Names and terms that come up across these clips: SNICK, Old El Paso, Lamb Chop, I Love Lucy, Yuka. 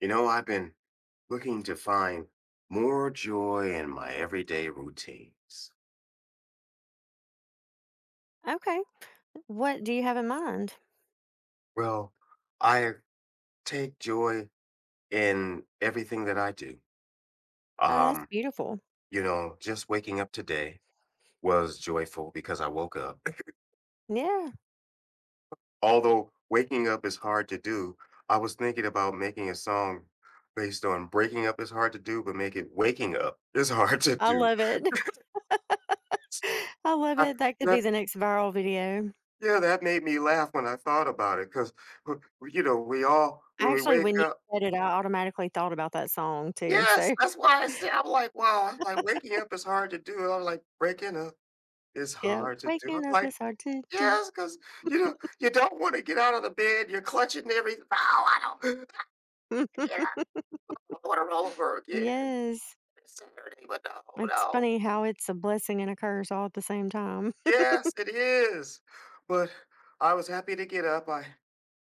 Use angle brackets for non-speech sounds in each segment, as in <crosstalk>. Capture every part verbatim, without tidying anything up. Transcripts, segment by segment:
You know, I've been looking to find more joy in my everyday routines. Okay. What do you have in mind? Well, I take joy in everything that I do. Oh, that's Um, beautiful. you know, just waking up today was joyful because I woke up. Yeah. <laughs> Although waking up is hard to do, I was thinking about making a song based on breaking up is hard to do, but make it waking up is <laughs> hard to I do. love it. <laughs> I love it. <laughs> That could I, be the next viral video. Yeah, that made me laugh when I thought about it, cause you know, we all when we Actually, wake when you up. said it, I automatically thought about that song too. Yes, So, that's why I say, I'm like, "Wow," I'm like, "Waking up is hard to do." I'm like, "Breaking up is yeah, hard to do." I'm waking up like, is hard to do. yes, cause you know, you don't wanna get out of the bed, you're clutching everything. "No, I don't. I can't. <laughs> I don't wanna roll over again. Yes. It's Saturday, but no, It's no." funny how it's a blessing and a curse all at the same time. Yes, it is, but I was happy to get up, I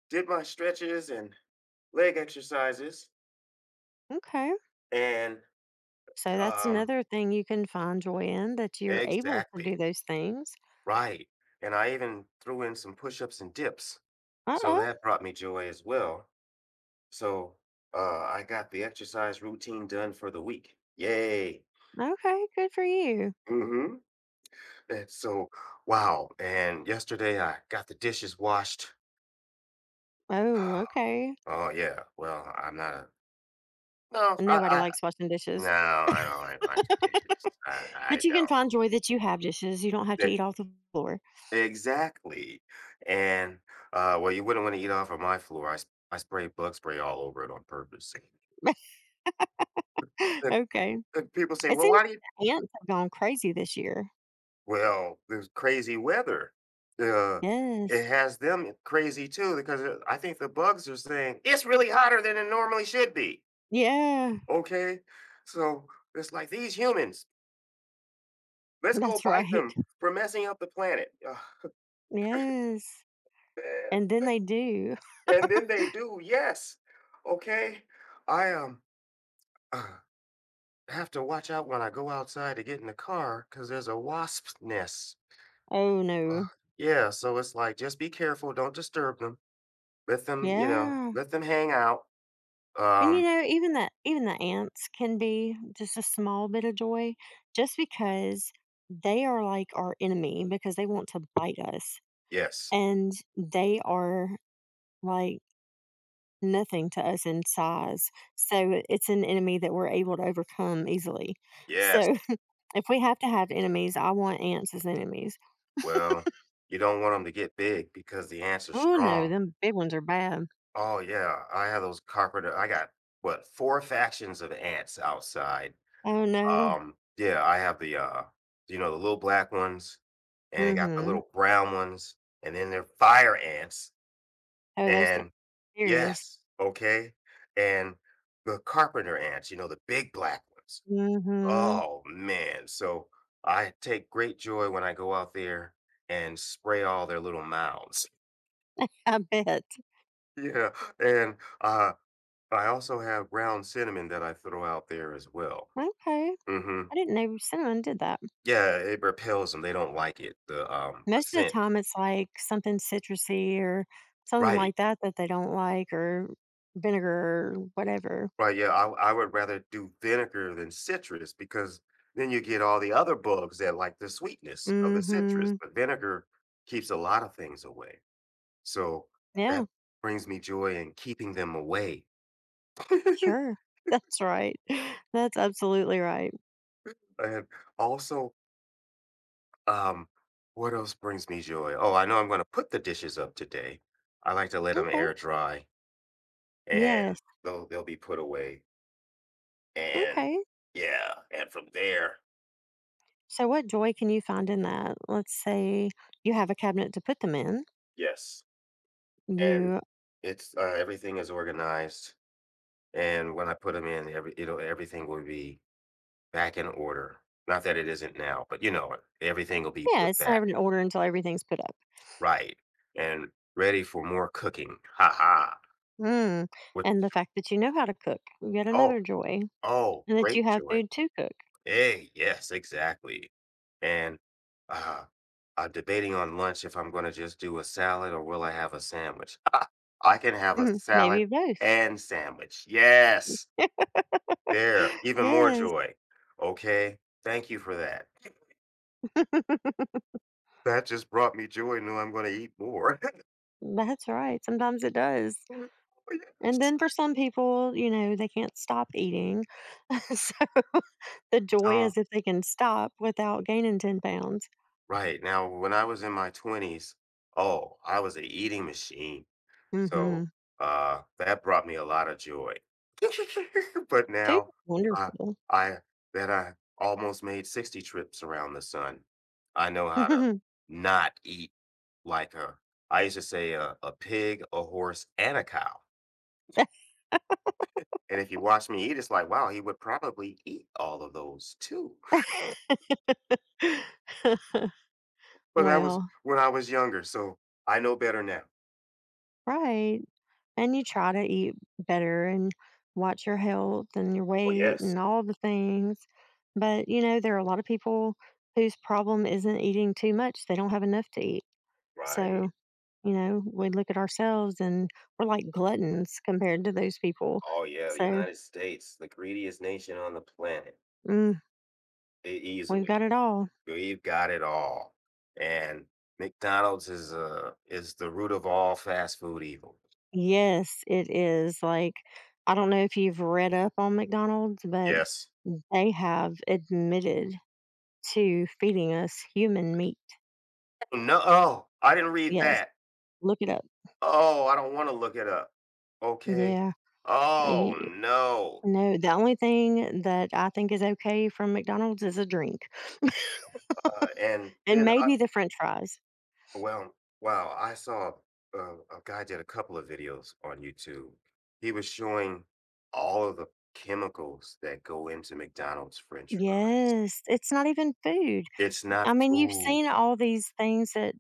did my stretches and leg exercises, Okay. and, So that's um another thing you can find joy in that you're able to do exactly, those things. right, and I even threw in some push-ups and dips, Uh so oh. that brought me joy as well, so, uh, I got the exercise routine done for the week, yay. Okay. Good for you. Mhm, and so wow, and yesterday, I got the dishes washed. Oh, <sighs> okay. Oh, yeah, well, I'm not a no, I Nobody I likes washing no, dishes. I don't like washing dishes, I I But you can find joy that you have dishes, you don't have to don't. eat off the floor. Exactly. And, uh, well, you wouldn't wanna eat off of my floor. I s I spray bug spray all over it on purpose. <laughs> Look, Okay. look, people say, It "Well, seems why do you—" like the ants have gone crazy this year. Well, there's crazy weather. Uh, it Yes. has them crazy too because, uh, I think the bugs are saying, "It's really hotter than it normally should be." Yeah. Okay? So, it's like, "These humans, let's go That's bite them right. for messing up the planet." Ugh, Yes. man. And then they do. And then they do, yes. Okay? I, um <sighs> I have to watch out when I go outside to get in the car because there's a wasp nest. Oh, Ugh, no. yeah, so it's like just be careful, don't disturb them. Let them, you know, Yeah. let them hang out. And, you Um, know, even the even the ants can be just a small bit of joy just because they are like our enemy because they want to bite us, yes, and they are, like nothing to us in size. So it's an enemy that we're able to overcome easily. yes. So <laughs> if we have to have enemies, I want ants as enemies. Well, you don't want them to get big because the ants are Oh no, strong. them big ones are bad. Oh yeah, I have those carpenter. I got, what, four factions of ants outside. Oh no. Um, yeah, I have the uh, you know, the little black ones, and I got the Mm-hmm. little brown ones, and then they're fire ants. Oh, those things And are serious. yes, okay. And the carpenter ants, you know, the big black ones. Mm-hmm. Oh man. So I take great joy when I go out there and spray all their little mounds. <laughs> I bet. Yeah. And uh I also have ground cinnamon that I throw out there as well. Okay. Hmm. I didn't know cinnamon did that. Yeah, it repels them. They don't like it. The um the Most of the scent. time it's like something citrusy or something Right. like that that they don't like or vinegar or whatever. Right, yeah, I I would rather do vinegar than citrus because then you get all the other bugs that like the sweetness of the citrus, Mm-hmm. but vinegar keeps a lot of things away. So that Yeah. brings me joy in keeping them away. <laughs> Sure. That's right. <laughs> That's absolutely right. And also, um, what else brings me joy? Oh, I know I'm gonna put the dishes up today. I like to let them Okay. air dry and Yes. they'll they'll be put away. And, Okay. yeah, and from there, So, what joy can you find in that? Let's say you have a cabinet to put them in. yes. And You, it's, uh, everything is organized, and when I put them in, every it'll everything will be back in order. Not that it isn't now, but you know everything will be yeah, put it's back, never in order until everything's put up. right, and ready for more cooking. Ha ha. Mm. With And the fact that you know how to cook, yet Oh, another joy, oh, and that you great have joy. food to cook. Hey, yes, exactly. And, uh, I'm debating on lunch if I'm gonna just do a salad or will I have a sandwich. <laughs> I can have a Mm, salad maybe both. and sandwich. Yes. <laughs> There, even more Yes, joy. Okay, thank you for that. That just brought me joy, now I'm gonna eat more. <laughs> that's right. Sometimes it does. Oh, And yes. then for some people, you know, they can't stop eating. <laughs> So the joy Oh, is if they can stop without gaining ten pounds. right, now when I was in my twenties, oh, I was a eating machine, so, Mhm. uh, that brought me a lot of joy. <laughs> But Food is now, I wonderful. I that I almost made sixty trips around the sun, I know how to <laughs> not eat. Like a I used to say, "A a pig, a horse, and a cow." And if you watch me eat, it's like, wow, he would probably eat all of those too. <laughs> But that was Well, when I was younger. So I know better now. right, and you try to eat better and watch your health and your Oh, weight yes. and all the things, but, you know, there are a lot of people whose problem isn't eating too much, they don't have enough to eat. Right. So, you know, we look at ourselves and we're like gluttons compared to those people. Oh, yeah. The So, United States, the greediest nation on the planet, mm, e- we've easily. got it all. We've got it all. And McDonald's is uh, is the root of all fast food evil. Yes, it is, like, I don't know if you've read up on McDonald's, but Yes. they have admitted to feeding us human meat. No. Oh, I didn't read Yes, that. look it up. Oh, I don't want to look it up. Okay. Yeah, I Oh, no. no, the only thing that I think is okay from McDonald's is a drink, Uh, and and then maybe the french fries. Well, wow, I saw uh, a guy did a couple of videos on YouTube. He was showing all of the chemicals that go into McDonald's French fries. Yes, it's not even food. It's I not mean, you've food. seen all these things that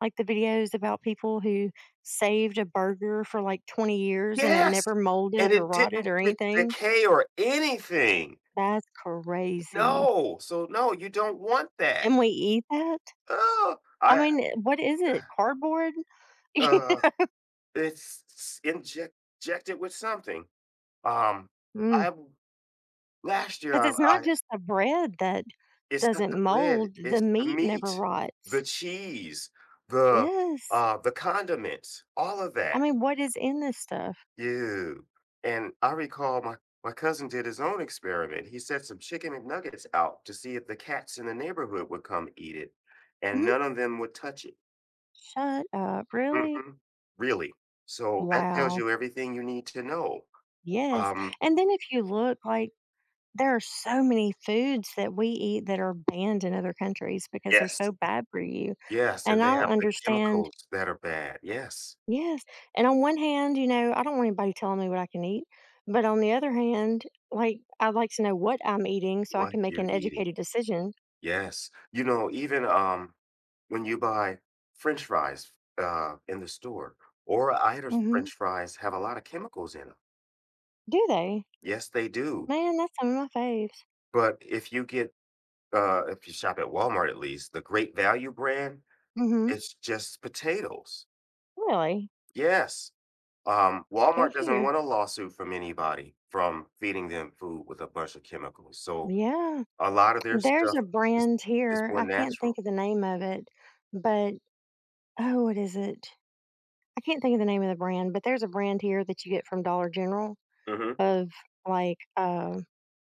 like the videos about people who saved a burger for like twenty years and it Yes, never and molded or it rotted didn't or d- anything. decay or anything. That's crazy. No, so no, you don't want that. And we eat that? Oh, I I mean, eh, what is it? Cardboard? uh, <laughs> it's s- inject, injected with something. Um, I Because w- Last year, it's not I just the bread that it's not the doesn't bread, mold, it's the the meat never meat, the rots. cheese, the, Yes. uh, the condiments, all of I that. mean, what is in this stuff? Ew. And I recall my my cousin did his own experiment. He set some chicken McNuggets out to see if the cats in the neighborhood would come eat it, and Mhm. none of them would touch it. Shut up. Really? Mhm. Really. So that tells Wow. you everything you need to know. Yes. Um, And then if you look, like, there are so many foods that we eat that are banned in other countries because they're yes, so bad for you, yes, and and they I don't have the understand. chemicals that are bad. Yes, Yes, and on one hand, you know, I don't want anybody telling me what I can eat, but on the other hand, like, I'd like to know what I'm eating so I what can make you're an eating. educated decision. Yes. You know, even um, when you buy French fries, uh, in the store, or Irish Mhm. French fries have a lot of chemicals in them. Do they? Yes, they do. Man, that's some of my faves. But if you get, uh, if you shop at Walmart at least, the Great Value brand, Mhm. it's just potatoes. Really? Yes. Um, Go Walmart doesn't figure. want a lawsuit from anybody from feeding them food with a bunch of chemicals. So Yeah. a lot of their There's stuff a is brand is here, more I can't natural. think of the name of it, but oh, what is it? I can't think of the name of the brand, but there's a brand here that you get from Dollar General Hmm. of like uh,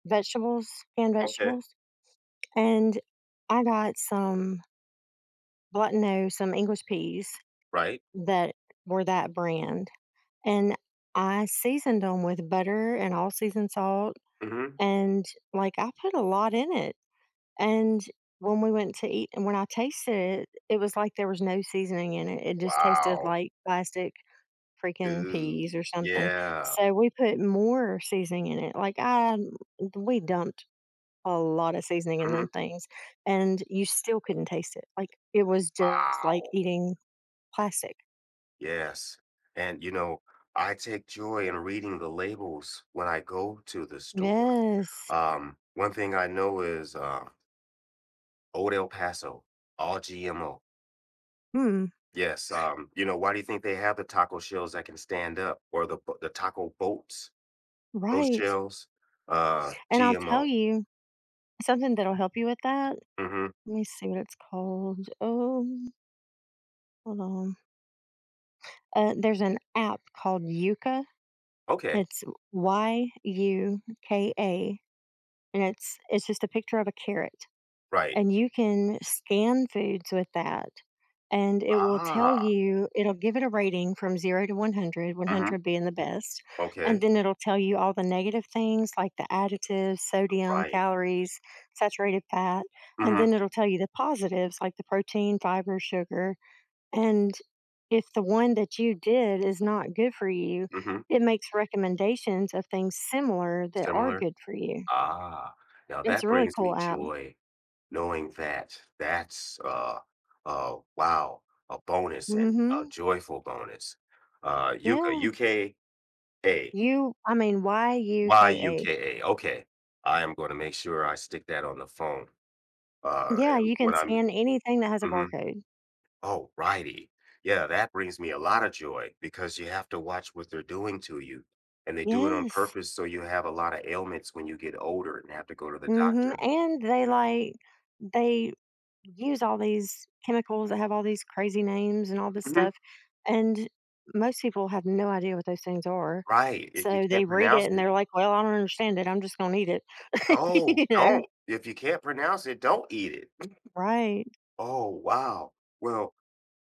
vegetables, canned Okay. vegetables. And I got some Blatno, some English peas Right. that were that brand. And I seasoned them with butter and all season salt. Hmm. And like I put a lot in it. And when we went to eat and when I tasted it, it was like there was no seasoning in it. It just tasted Wow. like plastic freaking Ooh, peas or something. yeah. So we put more seasoning in it. Like I we dumped a lot of seasoning in them Mhm. things and you still couldn't taste it. Like it was just like Wow. eating plastic. Yes. And, you know, I take joy in reading the labels when I go to the store. Yes. Um, one thing I know is, uh, Old El Paso, all G M O. Hmm. Yes, um, you know, why do you think they have the taco shells that can stand up or the bo the taco boats? Those Right. shells, uh, And I'll G M O. tell you something that'll help you with that. Mhm. Let me see what it's called. Oh, hold on. Uh, there's an app called Yuka. Okay. It's Y U K A, and it's it's just a picture of a carrot. Right. And you can scan foods with that, and it will tell Ah. you, it'll give it a rating from zero to 100, Mhm. 100 being the best. Okay. And then it'll tell you all the negative things like the additives, sodium, Right. calories, saturated fat. And Mhm. then it'll tell you the positives like the protein, fiber, sugar. And if the one that you did is not good for you, Mhm. it makes recommendations of things similar that are Similar. good for you. Ah, now It's that a really brings me cool app. joy knowing that that's, uh, uh, wow, a bonus and a Mhm. joyful bonus. Uh, Yuka, Yeah. U K A, You, I mean, Y U K A. Y U K A, okay. I am gonna make sure I stick that on the phone, uh, Yeah, and you when can I'm, mm scan anything that has a mhm, barcode. oh, righty. Yeah, that brings me a lot of joy because you have to watch what they're doing to you, and they do it on Yes. purpose so you have a lot of ailments when you get older and have to go to the Mhm, doctor. and they, like, they use all these chemicals that have all these crazy names and all this Mhm. stuff, and most people have no idea what those things are, Right, if you so they can't read it pronounce and it, they're like, "Well, I don't understand it, I'm just gonna eat it." <laughs> no, You know? don't. If you can't pronounce it, don't eat it. <laughs> Right. Oh, wow. Well,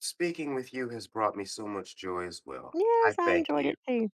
speaking with you has brought me so much joy as well. I Yes, I thank enjoyed you. it too.